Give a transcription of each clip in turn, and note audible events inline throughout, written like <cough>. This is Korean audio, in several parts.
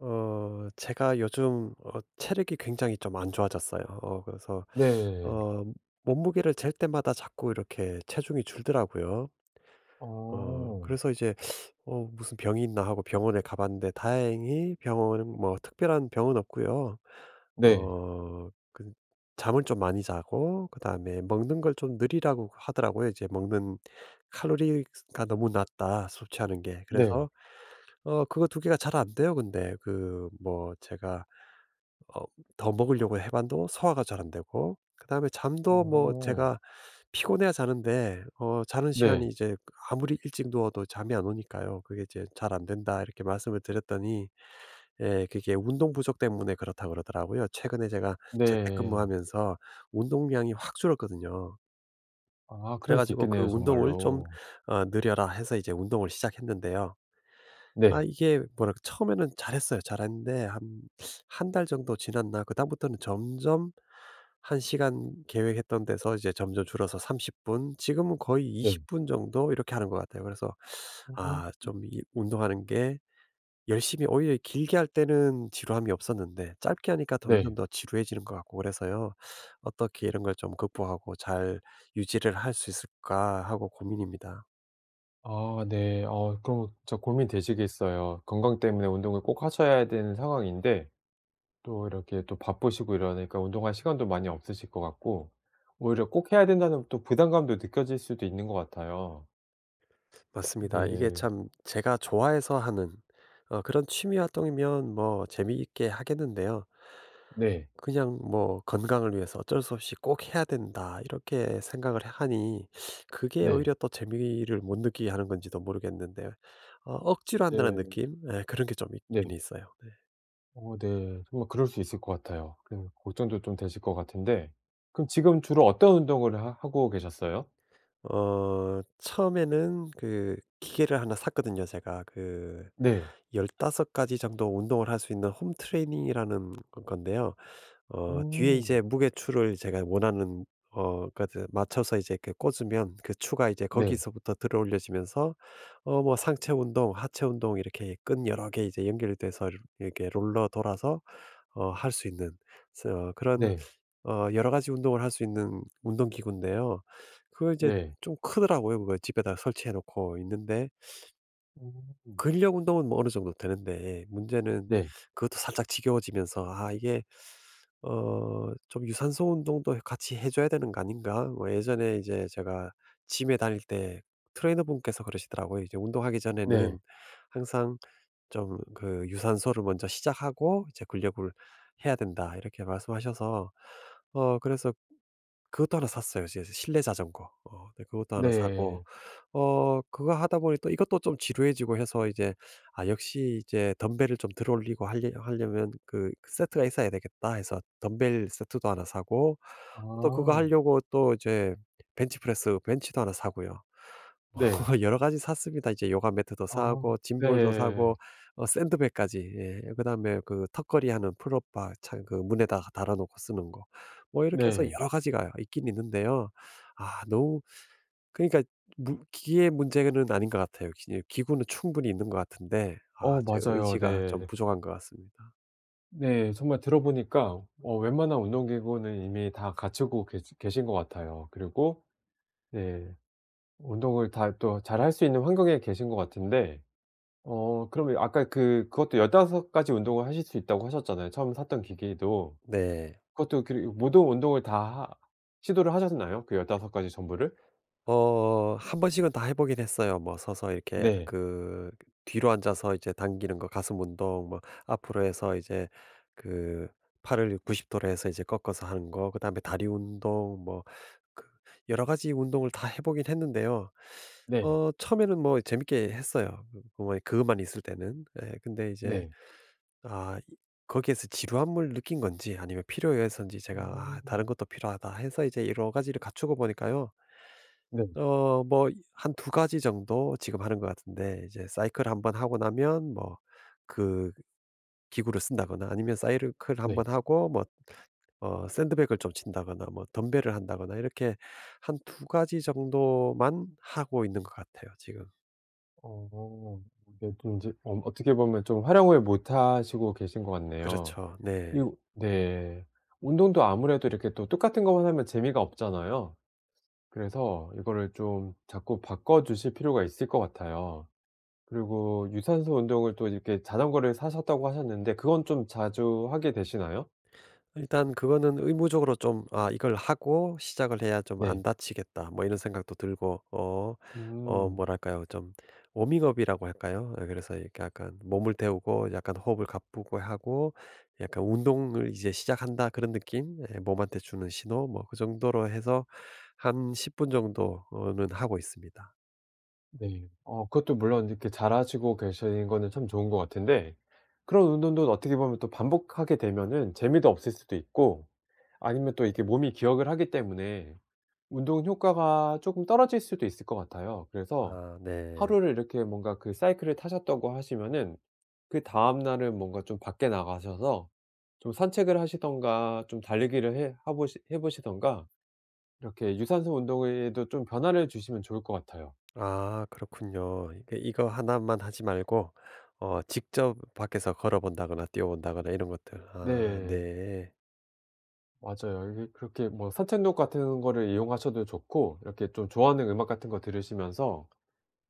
제가 요즘 체력이 굉장히 좀 안 좋아졌어요. 그래서 네. 어 몸무게를 잴 때마다 자꾸 이렇게 체중이 줄더라고요. 어. 그래서 이제 무슨 병이 있나?' 하고 병원에 가 봤는데, 다행히 병원은 뭐 특별한 병은 없고요. 네. 그 잠을 좀 많이 자고 그다음에 먹는 걸 좀 느리라고 하더라고요. 이제 먹는 "칼로리가 너무 낮다, 섭취하는 게." 네. 그래서 그거 두 개가 잘 안 돼요 근데. 그 뭐 제가 어 더 먹으려고 해봐도 소화가 잘 안 되고, 그다음에 잠도 뭐 어. 제가 피곤해야 자는데 자는 네. 시간이 이제 아무리 일찍 누워도 잠이 안 오니까요. 그게 이제 "잘 안 된다." 이렇게 말씀을 드렸더니, 예, 그게 운동 부족 때문에 그렇다 그러더라고요. 최근에 제가 네. 재택근무하면서 운동량이 확 줄었거든요. 아 그래 그럴 수 가지고 그 있겠네요, 운동을 좀 정말로. 어늘라 해서 이제 운동을 시작했는데요. 아, 네. 이게 뭐랄까 처음에는 잘했어요. 잘했는데 한 한 달 정도 지났나, 그다음부터는 점점 1시간 시간 계획했던 데서 이제 점점 줄어서 30분, 지금은 거의 네. 20분 정도 이렇게 하는 것 같아요. 그래서 음. 아, 좀 이 운동하는 게, 열심히 오히려 길게 할 때는 지루함이 없었는데 짧게 하니까 점점 네. 더 지루해지는 것 같고 그래서요. '어떻게 이런 걸 좀 극복하고 잘 유지를 할 수 있을까.' 하고 고민입니다. 아 네. 그럼 진짜 고민되시겠어요. 건강 때문에 운동을 꼭 하셔야 되는 상황인데, 또 이렇게 또 바쁘시고 이러니까 운동할 시간도 많이 없으실 것 같고, 오히려 꼭 해야 된다는 또 부담감도 느껴질 수도 있는 것 같아요. 맞습니다. 이게 네. 참, 제가 좋아해서 하는 그런 취미 활동이면 뭐 재미있게 하겠는데요. 네. 그냥 뭐 '건강을 위해서 어쩔 수 없이 꼭 해야 된다.' 이렇게 생각을 하니, 그게 네. 오히려 또 재미를 못 느끼게 하는 건지도 모르겠는데, 억지로 한다는 네. 느낌? 예, 그런 게 좀 네. 있긴 있어요. 네. 네. 정말 그럴 수 있을 것 같아요. 그 걱정도 좀 되실 것 같은데, 그럼 지금 주로 어떤 운동을 하 하고 계셨어요? 처음에는 그 기계를 하나 샀거든요, 제가. 그 네. 15가지 가지 정도 운동을 할 수 있는 홈 트레이닝이라는 건데요. 뒤에 이제 음. 무게추를 제가 원하는 그 맞춰서 이제 이렇게 꽂으면, 그 추가 이제 네. 거기서부터 들어 올려지면서 뭐 상체 운동, 하체 운동, 이렇게 끈 여러 개 이제 연결돼서 이렇 게 롤러 돌아서 할 수 있는, 그런 네. 여러 가지 운동을 할 수 있는 운동기구인데요. 그거 이제 네. 좀 크더라고요. 그거 집에다 설치해 놓고 있는데, 음. 근력 운동은 뭐 어느 정도 되는데, 문제는 네. 그것도 살짝 지겨워지면서 '아, 이게 어 좀 유산소 운동도 같이 해 줘야 되는 거 아닌가?' 뭐 예전에 이제 제가 짐에 다닐 때 트레이너분께서 그러시더라고요. 이제 운동하기 네. 전에는 항상 좀 그 "유산소를 먼저 시작하고, 이제 근력을 해야 된다." 이렇게 말씀하셔서 그래서 그것도 하나 샀어요. 이제 실내 자전거. 어, 네, 그것도 하나 사고, 네. 그거 하다 보니 또 이것도 좀 지루해지고 해서 이제, '아, 역시 이제 덤벨을 좀 들어 올리고 하려면 그 그 세트가 있어야 되겠다.' 해서 덤벨 세트도 하나 사고, 또 그거 아. 하려고 또 이제 벤치프레스 벤치도 하나 사고요. 네. <laughs> 뭐 여러 가지 샀습니다. 이제 요가 매트도 아. 사고 짐볼도 네. 사고 샌드백까지. 예. 그다음에 그 턱걸이 하는 풀업바, 참그 문에다가 달아 놓고 쓰는 거. 뭐 이렇게 해서 네. 여러 가지가 있긴 있는데요. 아, 너무 그러니까 무 기의 문제는 아닌 것 같아요. 기 기구는 충분히 있는 것 같은데, 아 제 맞아요. 의지가 좀 네. 부족한 것 같습니다. 네. 정말 들어보니까 웬만한 운동기구는 이미 다 갖추고 계시 계신 것 같아요. 그리고 네, 운동을 다 또 잘 할 수 있는 환경에 계신 것 같은데, 그러면 아까 그것도 15 가지 운동을 하실 수 있다고 하셨잖아요. 처음 샀던 기기도 네. 그것도 그 모든 운동을 다 하 시도를 하셨나요? 그 15 가지 전부를? 한 번씩은 다 해 보긴 했어요. 뭐 서서 이렇게 네. 그 뒤로 앉아서 이제 당기는 거, 가슴 운동, 뭐 앞으로 해서 이제 그 팔을 90도 도로 해서 이제 꺾어서 하는 거, 그다음에 다리 운동, 뭐 그 여러 가지 운동을 다 해 보긴 했는데요. 네. 처음에는 뭐 재밌게 했어요. 그만 그것만 있을 때는. 예, 근데 이제 네. 아, 이 거기에서 지루함을 느낀 건지 아니면 필요해서인지, 제가 '아, 다른 음. 것도 필요하다.' 해서 이제 여러 가지를 갖추고 보니까요. 네. 뭐 한 두 가지 정도 지금 하는 것 같은데, 이제 사이클 한번 하고 나면 뭐 그 기구를 쓴다거나, 아니면 사이클 한번 네. 하고 뭐 샌드백을 좀 친다거나, 뭐 덤벨을 한다거나 이렇게 한 두 가지 정도만 하고 있는 것 같아요, 지금. 어. 네, 좀 인제 어떻게 보면 좀 활용을 못 하시고 계신 것 같네요. 그렇죠. 네. 이거 네. 운동도 아무래도 이렇게 또 똑같은 것만 하면 재미가 없잖아요. 그래서 이거를 좀 자꾸 바꿔 주실 필요가 있을 것 같아요. 그리고 유산소 운동을 또 이렇게 자전거를 사셨다고 하셨는데, 그건 좀 자주 하게 되시나요? 일단 그거는 의무적으로 좀 '아, 이걸 하고 시작을 해야 좀 안 네. 다치겠다.' 뭐 이런 생각도 들고, 음. 뭐랄까요? 좀 워밍업이라고 할까요? 아, 그래서 이렇게 약간 몸을 데우고 약간 호흡을 가쁘고 하고, 약간 '운동을 이제 시작한다.' 그런 느낌? 예, 몸한테 주는 신호, 뭐 그 정도로 해서 한 10분 정도는 하고 있습니다. 네. 그것도 물론 이렇게 잘하시고 계신 거는 참 좋은 것 같은데, 그런 운동도 어떻게 보면 또 반복하게 되면은 재미도 없을 수도 있고, 아니면 또 이게 몸이 기억을 하기 때문에 운동 효과가 조금 떨어질 수도 있을 것 같아요. 그래서 아, 네. 하루를 이렇게 뭔가 그 사이클을 타셨다고 하시면은, 그 다음 날은 뭔가 좀 밖에 나가셔서 좀 산책을 하시던가 좀 달리기를 해 하보시 해보시가 이렇게 유산소 운동에도 좀 변화를 주시면 좋을 것 같아요. 아, 그렇군요. 이게 이거 하나만 하지 말고 직접 밖에서 걸어 본다거나 뛰어 본다거나 이런 것들. 아, 네. 네. 맞아요. 이게 그렇게 뭐 산책로 같은 거를 이용하셔도 좋고, 이렇게 좀 좋아하는 음악 같은 거 들으시면서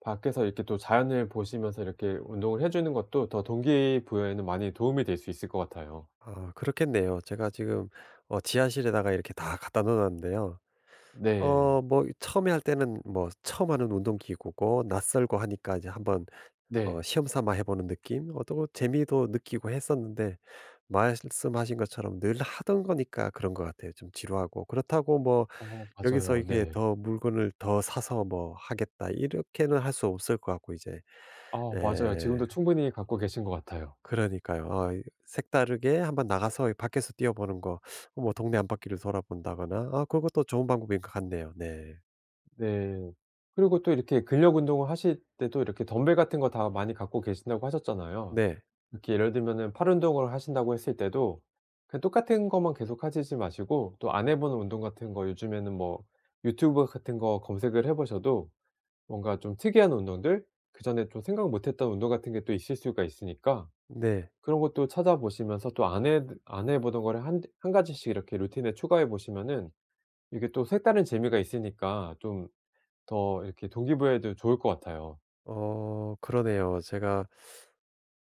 밖에서 이렇게 또 자연을 보시면서 이렇게 운동을 해 주는 것도 더 동기 부여에는 많이 도움이 될 수 있을 것 같아요. 아, 그렇겠네요. 제가 지금 지하실에다가 이렇게 다 갖다 놓았는데요, 네. 뭐 처음에 할 때는 뭐 처음 하는 운동 기구고 낯설고 하니까 이제 한번 네. 시험 삼아 해 보는 느낌? 또 재미도 느끼고 했었는데 말씀하신 것처럼 늘 하던 거니까 그런 것 같아요. 좀 지루하고, 그렇다고 뭐 여기서 맞아요. 이게 네. 더 물건을 더 사서 뭐 하겠다 이렇게는 할 수 없을 것 같고, 이제 아 맞아요. 예, 지금도 충분히 갖고 계신 것 같아요. 그러니까요. 아, 이 색다르게 한번 나가서 이 밖에서 뛰어보는 거, 뭐 동네 안바퀴를 돌아본다거나, 아, 그것도 좋은 방법인 것 같네요. 네. 네. 그리고 또 이렇게 근력 운동을 하실 때도 이렇게 덤벨 같은 거 다 많이 갖고 계신다고 하셨잖아요. 네. 이렇게 예를 들면은 팔 운동을 하신다고 했을 때도 그냥 똑같은 것만 계속 하시지 마시고 또 안 해 보는 운동 같은 거, 요즘에는 뭐 유튜브 같은 거 검색을 해 보셔도 뭔가 좀 특이한 운동들, 그전에 좀 생각 못 했던 운동 같은 게 또 있을 수가 있으니까 네. 그런 것도 찾아보시면서 또 안 해 보던 거를 한 가지씩 이렇게 루틴에 추가해 보시면은 이게 또 색다른 재미가 있으니까 좀 더 이렇게 동기부여에도 좋을 것 같아요. 그러네요. 제가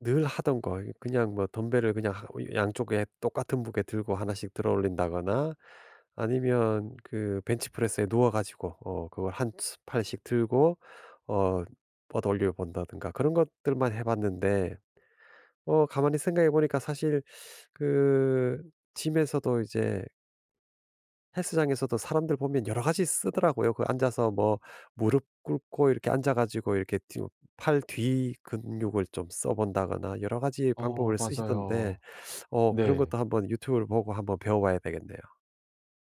늘 하던 거, 그냥 뭐 덤벨을 그냥 하 뭐 양쪽에 똑같은 무게 들고 하나씩 들어 올린다거나, 아니면 그 벤치프레스에 누워 가지고 그걸 한 팔씩 들고 어 뻗어 올려 본다든가, 그런 것들만 해 봤는데, 가만히 생각해 보니까 사실 그 짐에서도 이제 헬스장에서도 사람들 보면 여러 가지 쓰더라고요. 그 앉아서 뭐 무릎 꿇고 이렇게 앉아 가지고 이렇게 뒤 팔 뒤 근육을 좀 써 본다거나, 여러 가지 방법을 쓰시던데 맞아요. 그런 네. 것도 한번 유튜브를 보고 한번 배워 봐야 되겠네요.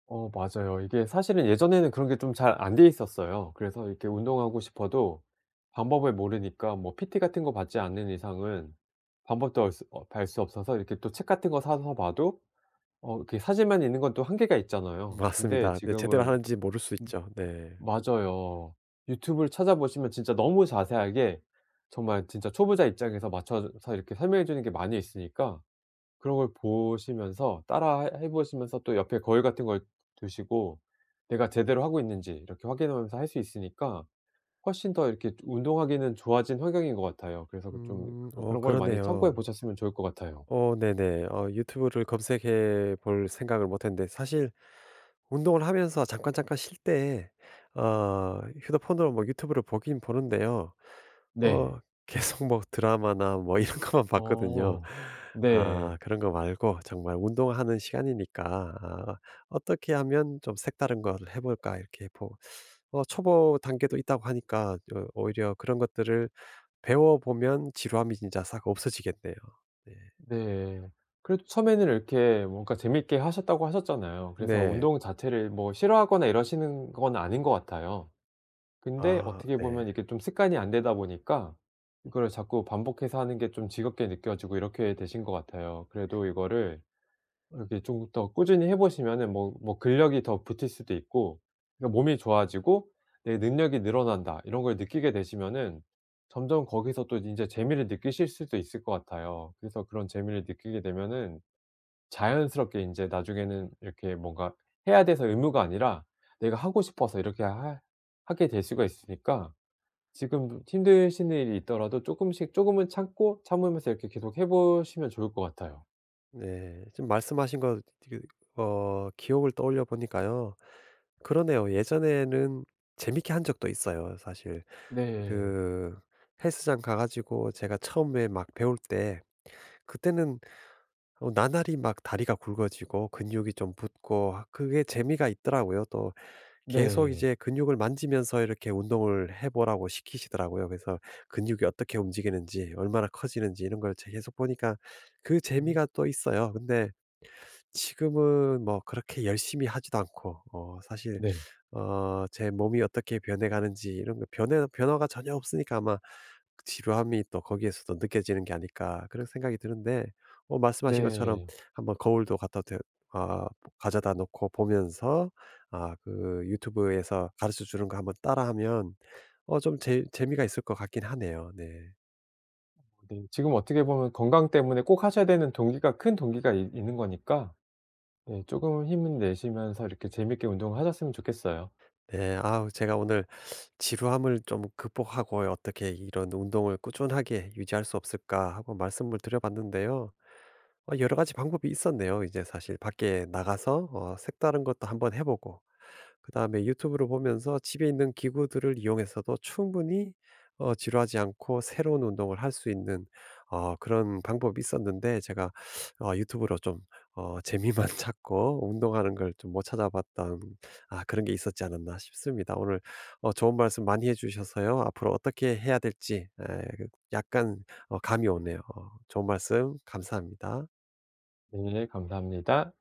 맞아요. 이게 사실은 예전에는 그런 게 좀 잘 안 돼 있었어요. 그래서 이렇게 운동하고 싶어도 방법을 모르니까 뭐 PT 같은 거 받지 않는 이상은 방법도 얼 수 어 알 수 없어서 이렇게 또 책 같은 거 사서 봐도 이렇게 사진만 있는 건 또 한계가 있잖아요. 근데 맞습니다. 네, 제대로 지금은 하는지 모를 수 음 있죠. 네. 맞아요. 유튜브를 찾아보시면 진짜 너무 자세하게 정말 진짜 초보자 입장에서 맞춰서 이렇게 설명해 주는 게 많이 있으니까 그런 걸 보시면서 따라 해 보시면서 또 옆에 거울 같은 걸 두시고 내가 제대로 하고 있는지 이렇게 확인하면서 할 수 있으니까 훨씬 더 이렇게 운동하기는 좋아진 환경인 것 같아요. 그래서 그 좀 음. 그런 걸 많이 참고해 그러네요. 보셨으면 좋을 것 같아요. 네네. 유튜브를 검색해 볼 생각을 못 했는데, 사실 운동을 하면서 잠깐 잠깐 쉴 때 휴대폰으로 뭐 유튜브를 보긴 보는데요. 어 네. <laughs> 계속 뭐 드라마나 뭐 이런 <laughs> 것만 봤거든요. 어. 아, 네. 그런 거 말고 정말 운동하는 시간이니까, 아, '어떻게 하면 좀 색다른 걸 해 볼까?' 이렇게 보 어 초보 단계도 있다고 하니까, 오히려 그런 것들을 배워 보면 지루함이 진짜 싹 없어지겠네요. 네. 네. 그래도 처음에는 이렇게 뭔가 재밌게 하셨다고 하셨잖아요. 그래서 네. 운동 자체를 뭐 싫어하거나 이러시는 건 아닌 것 같아요. 근데 아, 어떻게 네. 보면 이게 좀 습관이 안 되다 보니까 이거를 자꾸 반복해서 하는 게 좀 지겹게 느껴지고 이렇게 되신 것 같아요. 그래도 이거를 이렇게 좀 더 꾸준히 해 보시면은 뭐 근력이 더 붙을 수도 있고, 그러니까 몸이 좋아지고 '내 능력이 늘어난다.' 이런 걸 느끼게 되시면은 점점 거기서 또 이제 재미를 느끼실 수도 있을 것 같아요. 그래서 그런 재미를 느끼게 되면은 자연스럽게 이제 나중에는 이렇게 뭔가 해야 돼서 의무가 아니라 내가 하고 싶어서 이렇게 하 하게 될 수가 있으니까 지금 힘드신 일이 있더라도 조금씩 조금은 참고 참으면서 이렇게 계속 해 보시면 좋을 것 같아요. 네. 지금 말씀하신 거 그 기억을 떠올려 보니까요. 그러네요. 예전에는 재밌게 한 적도 있어요, 사실. 네. 그 헬스장 가 가지고 제가 처음에 막 배울 때, 그때는 나날이 막 다리가 굵어지고 근육이 좀 붙고 그게 재미가 있더라고요. 또 계속 네. 이제 근육을 만지면서 이렇게 운동을 해 보라고 시키시더라고요. 그래서 근육이 어떻게 움직이는지, 얼마나 커지는지 이런 걸 제 계속 보니까 그 음. 재미가 또 있어요. 근데 지금은 뭐 그렇게 열심히 하지도 않고, 사실 네. 제 몸이 어떻게 변해가는지 이런 거, 변해 변화가 전혀 없으니까 아마 그 지루함이 또 거기에서도 느껴지는 게 아닐까, 그런 생각이 드는데, 말씀하신 것처럼 네. 한번 거울도 갖다 대 아 가져다 놓고 보면서, 아 그 유튜브에서 가르쳐 주는 거 한번 따라하면 좀 재 재미가 있을 것 같긴 하네요. 네. 네. 지금 어떻게 보면 건강 때문에 꼭 하셔야 되는 동기가, 큰 동기가 있 있는 거니까 네금은 힘을 내시면서 이렇게 재밌게 운동을 하셨으면 좋겠어요. 네, 아우, 제가 오늘 지루함을 좀 극복하고 어떻게 이런 운동을 꾸준하게 유지할 수 없을까 하고 말씀을 드려봤는데요. 여러 가지 방법이 있었네요. 이제 사실 밖에 나가서 색다른 것도 한번 해보고, 그다음에 유튜브를 보면서 집에 있는 기구들을 이용해서도 충분히 지루하지 않고 새로운 운동을 할 수 있는, 그런 방법이 있었는데, 제가 유튜브로 좀 재미만 <laughs> 찾고 운동하는 걸 좀 못 찾아봤던 아 그런 게 있었지 않았나 싶습니다. 오늘 좋은 말씀 많이 해 주셔서요, 앞으로 어떻게 해야 될지 약간 감이 오네요. 좋은 말씀 감사합니다. 네. 감사합니다.